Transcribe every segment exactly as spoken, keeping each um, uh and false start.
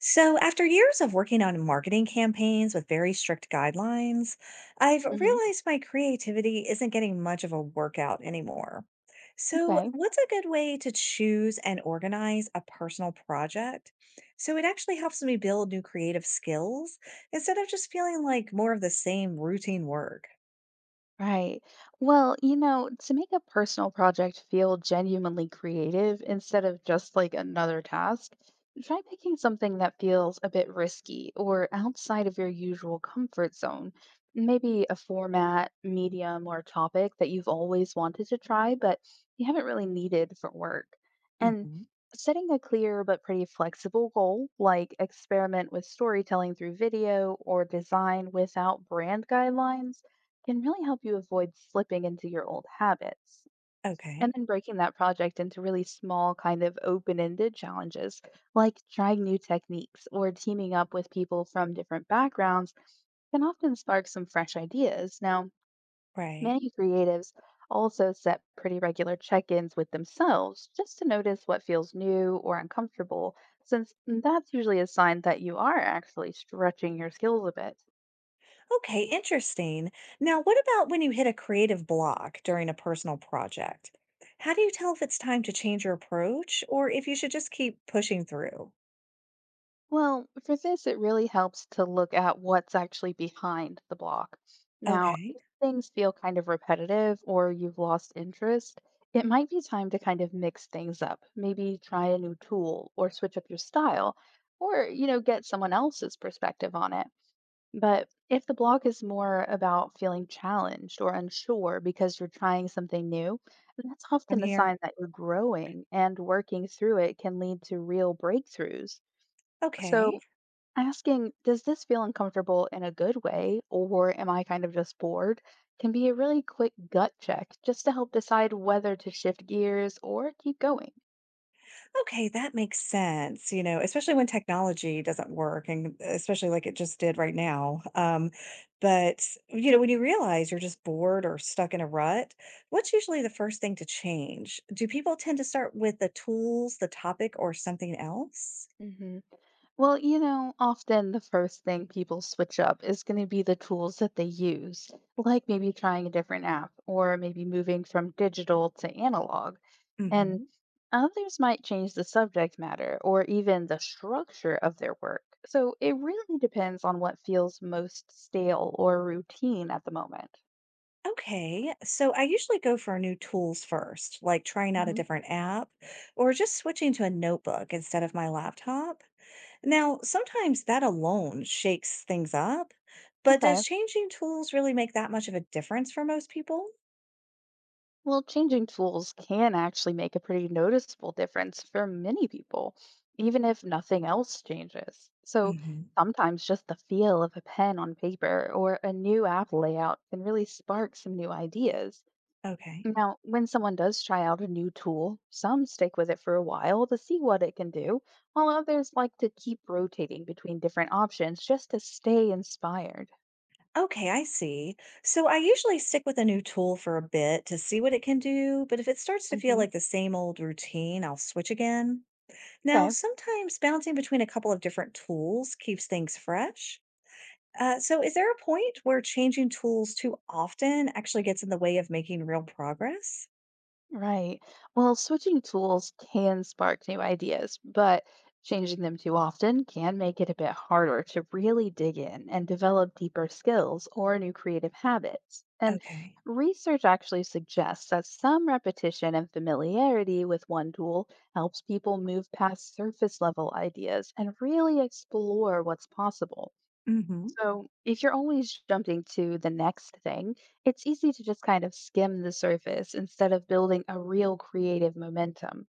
So, after years of working on marketing campaigns with very strict guidelines, I've Mhm. realized my creativity isn't getting much of a workout anymore. So, Okay. what's a good way to choose and organize a personal project so it actually helps me build new creative skills instead of just feeling like more of the same routine work? Right. Well, you know, to make a personal project feel genuinely creative instead of just like another task, try picking something that feels a bit risky or outside of your usual comfort zone. Maybe a format, medium, or topic that you've always wanted to try, but you haven't really needed for work. And Hmm setting a clear but pretty flexible goal, like experiment with storytelling through video or design without brand guidelines, can really help you avoid slipping into your old habits. And Okay, then breaking that project into really small, kind of open ended challenges, like trying new techniques or teaming up with people from different backgrounds, can often spark some fresh ideas. Now, right. many creatives also set pretty regular check ins with themselves just to notice what feels new or uncomfortable, since that's usually a sign that you are actually stretching your skills a bit. Okay, interesting. Now, what about when you hit a creative block during a personal project? How do you tell if it's time to change your approach or if you should just keep pushing through? Well, for this, it really helps to look at what's actually behind the block. Now, Okay, if things feel kind of repetitive or you've lost interest, it might be time to kind of mix things up. Maybe try a new tool or switch up your style, or, you know, get someone else's perspective on it. But if the block is more about feeling challenged or unsure because you're trying something new, that's I'm often a sign here. that you're growing and working through it can lead to real breakthroughs. Okay. So, asking, does this feel uncomfortable in a good way, or am I kind of just bored, can be a really quick gut check just to help decide whether to shift gears or keep going. Okay, that makes sense, you know, especially when technology doesn't work and especially like it just did right now. Um, but you know, when you realize you're just bored or stuck in a rut, what's usually the first thing to change? Do people tend to start with the tools, the topic, or something else? Well, you know, often the first thing people switch up is going to be the tools that they use, like maybe trying a different app or maybe moving from digital to analog. And Hmm others might change the subject matter or even the structure of their work. So it really depends on what feels most stale or routine at the moment. Okay, so I usually go for new tools first, like trying out a Hmm. different app or just switching to a notebook instead of my laptop. Now, sometimes that alone shakes things up, but Okay. does changing tools really make that much of a difference for most people? Well, changing tools can actually make a pretty noticeable difference for many people, even if nothing else changes. So Hmm sometimes just the feel of a pen on paper or a new app layout can really spark some new ideas. Okay. Now, when someone does try out a new tool, some stick with it for a while to see what it can do, while others like to keep rotating between different options just to stay inspired. Okay, I see. So I usually stick with a new tool for a bit to see what it can do, but if it starts to feel Hmm. like the same old routine, I'll switch again. Now, Okay. sometimes bouncing between a couple of different tools keeps things fresh. Uh, so, is there a point where changing tools too often actually gets in the way of making real progress? Right. Well, switching tools can spark new ideas, but changing them too often can make it a bit harder to really dig in and develop deeper skills or new creative habits. And Okay. research actually suggests that some repetition and familiarity with one tool helps people move past surface level ideas and really explore what's possible. hmm So, if you're always jumping to the next thing, it's easy to just kind of skim the surface instead of building a real creative momentum.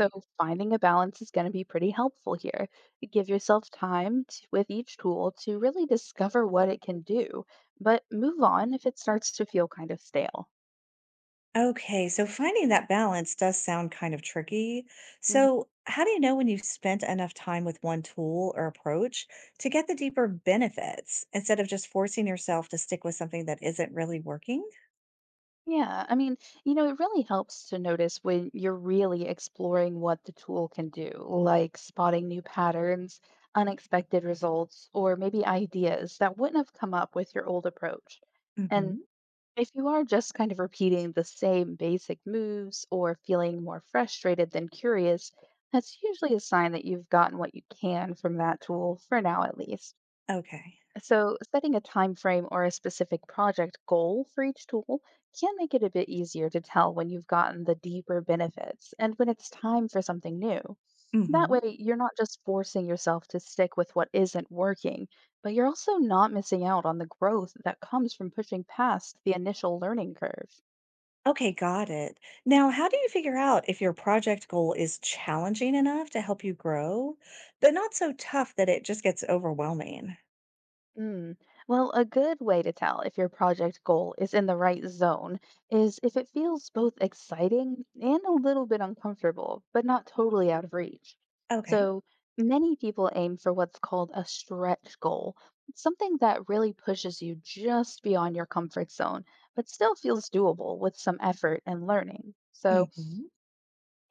So, finding a balance is going to be pretty helpful here. Give yourself time to, with each tool to really discover what it can do, but move on if it starts to feel kind of stale. Okay. So, finding that balance does sound kind of tricky. So, how do you know when you've spent enough time with one tool or approach to get the deeper benefits instead of just forcing yourself to stick with something that isn't really working? Yeah, I mean, you know, it really helps to notice when you're really exploring what the tool can do, like spotting new patterns, unexpected results, or maybe ideas that wouldn't have come up with your old approach. And Mm-hmm. if you are just kind of repeating the same basic moves or feeling more frustrated than curious, that's usually a sign that you've gotten what you can from that tool for now, at least. Okay. So, setting a time frame or a specific project goal for each tool can make it a bit easier to tell when you've gotten the deeper benefits and when it's time for something new. That Mm-hmm. way, you're not just forcing yourself to stick with what isn't working, but you're also not missing out on the growth that comes from pushing past the initial learning curve. Okay, got it. Now, how do you figure out if your project goal is challenging enough to help you grow, but not so tough that it just gets overwhelming? Mm. Well, a good way to tell if your project goal is in the right zone is if it feels both exciting and a little bit uncomfortable, but not totally out of reach. Okay. So, many people aim for what's called a stretch goal, something that really pushes you just beyond your comfort zone, but still feels doable with some effort and learning. So, hmm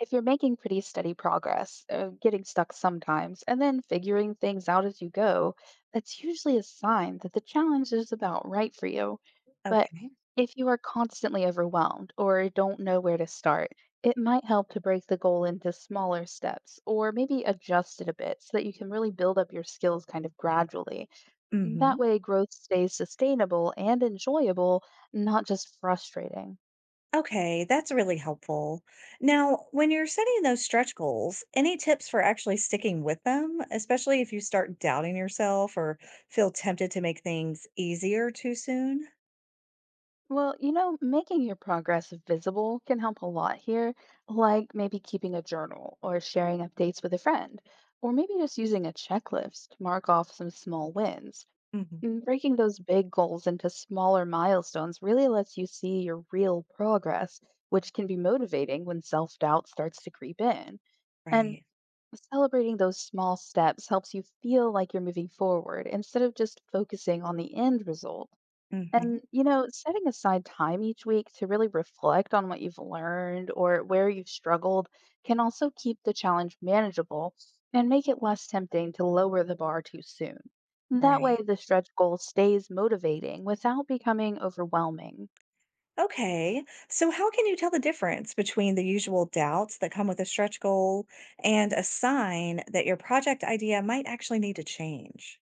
if you're making pretty steady progress, uh, getting stuck sometimes, and then figuring things out as you go, that's usually a sign that the challenge is about right for you. But Okay. if you are constantly overwhelmed or don't know where to start, it might help to break the goal into smaller steps or maybe adjust it a bit so that you can really build up your skills kind of gradually. That hmm way, growth stays sustainable and enjoyable, not just frustrating. Okay, that's really helpful. Now, when you're setting those stretch goals, any tips for actually sticking with them, especially if you start doubting yourself or feel tempted to make things easier too soon? Well, you know, making your progress visible can help a lot here, like maybe keeping a journal or sharing updates with a friend, or maybe just using a checklist to mark off some small wins. Hmm Mm, Breaking those big goals into smaller milestones really lets you see your real progress, which can be motivating when self doubt starts to creep in. And Right. celebrating those small steps helps you feel like you're moving forward instead of just focusing on the end result. hmm And, you know, setting aside time each week to really reflect on what you've learned or where you've struggled can also keep the challenge manageable and make it less tempting to lower the bar too soon. That way, Right. the stretch goal stays motivating without becoming overwhelming. Okay, so how can you tell the difference between the usual doubts that come with a stretch goal and a sign that your project idea might actually need to change?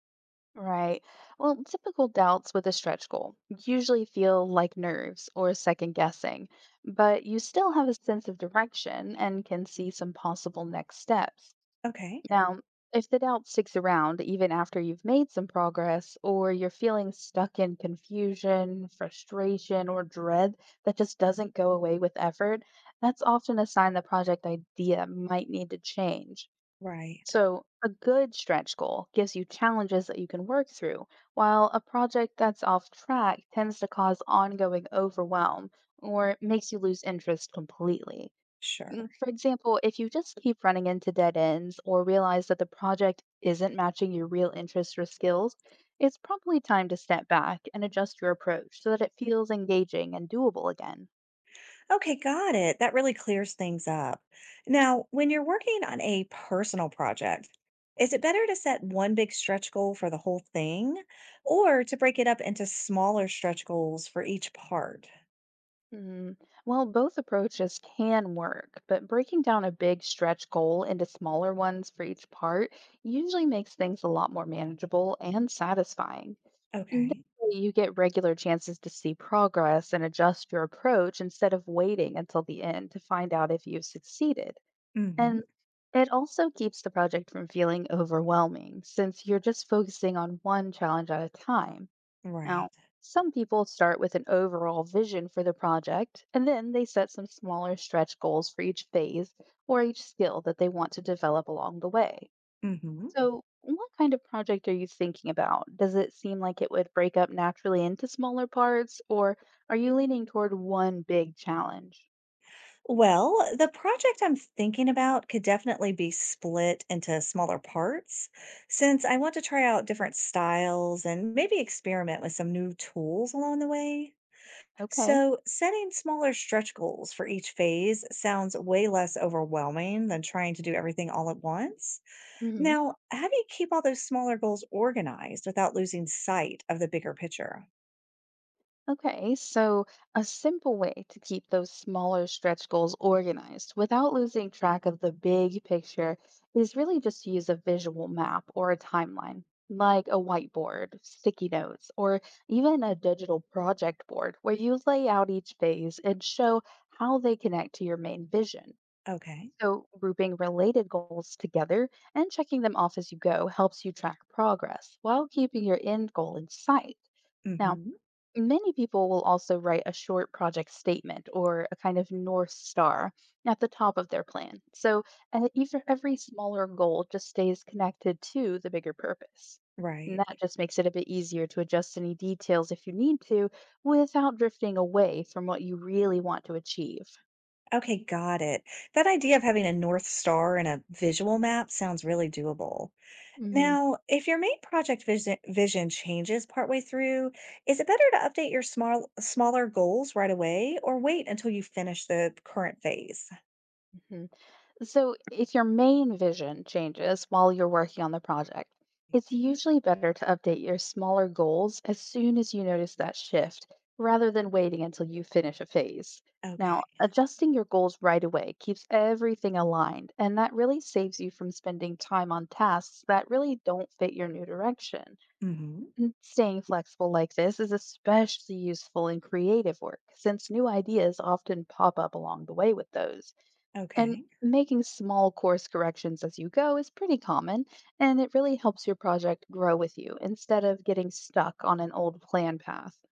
Right. Well, typical doubts with a stretch goal usually feel like nerves or second guessing, but you still have a sense of direction and can see some possible next steps. Okay, Now, if the doubt sticks around even after you've made some progress, or you're feeling stuck in confusion, frustration, or dread that just doesn't go away with effort, that's often a sign the project idea might need to change. right, So, a good stretch goal gives you challenges that you can work through, while a project that's off track tends to cause ongoing overwhelm or makes you lose interest completely. sure. Mm, For example, if you just keep running into dead ends or realize that the project isn't matching your real interests or skills, it's probably time to step back and adjust your approach so that it feels engaging and doable again. Okay, got it. That really clears things up. Now, when you're working on a personal project, is it better to set one big stretch goal for the whole thing or to break it up into smaller stretch goals for each part? Hmm. Well, both approaches can work, but breaking down a big stretch goal into smaller ones for each part usually makes things a lot more manageable and satisfying. And that Okay. way you get regular chances to see progress and adjust your approach instead of waiting until the end to find out if you've succeeded. And hmm it also keeps the project from feeling overwhelming since you're just focusing on one challenge at a time. Now, Right. some people start with an overall vision for the project and then they set some smaller stretch goals for each phase or each skill that they want to develop along the way. hmm So, what kind of project are you thinking about? Does it seem like it would break up naturally into smaller parts, or are you leaning toward one big challenge? Well, the project I'm thinking about could definitely be split into smaller parts since I want to try out different styles and maybe experiment with some new tools along the way. Okay. So, setting smaller stretch goals for each phase sounds way less overwhelming than trying to do everything all at once. Now, how do you keep all those smaller goals organized without losing sight of the bigger picture? Okay, so a simple way to keep those smaller stretch goals organized without losing track of the big picture is really just to use a visual map or a timeline, like a whiteboard, sticky notes, or even a digital project board where you lay out each phase and show how they connect to your main vision. Okay. So, grouping related goals together and checking them off as you go helps you track progress while keeping your end goal in sight. Now, hmm many people will also write a short project statement or a kind of North Star at the top of their plan. So uh, either every smaller goal just stays connected to the bigger purpose. And Right. that just makes it a bit easier to adjust any details if you need to without drifting away from what you really want to achieve. Okay, got it. That idea of having a North Star and a visual map sounds really doable. Hmm. Now, if your main project vision, vision changes partway through, is it better to update your small, smaller goals right away or wait until you finish the current phase? Hmm. So, if your main vision changes while you're working on the project, it's usually better to update your smaller goals as soon as you notice that shift rather than waiting until you finish a phase. Now, Okay. adjusting your goals right away keeps everything aligned, and that really saves you from spending time on tasks that really don't fit your new direction. hmm And staying flexible like this is especially useful in creative work, since new ideas often pop up along the way with those. And Okay. making small course corrections as you go is pretty common, and it really helps your project grow with you instead of getting stuck on an old plan path.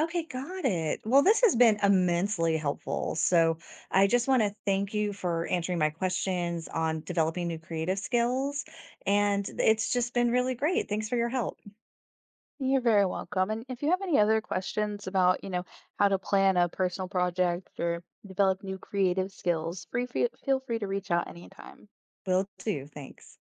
Okay, got it. Well, this has been immensely helpful. So I just want to thank you for answering my questions on developing new creative skills. And it's just been really great. Thanks for your help. You're very welcome. And if you have any other questions about, you know, how to plan a personal project or develop new creative skills, free feel feel free to reach out anytime. Will do, thanks.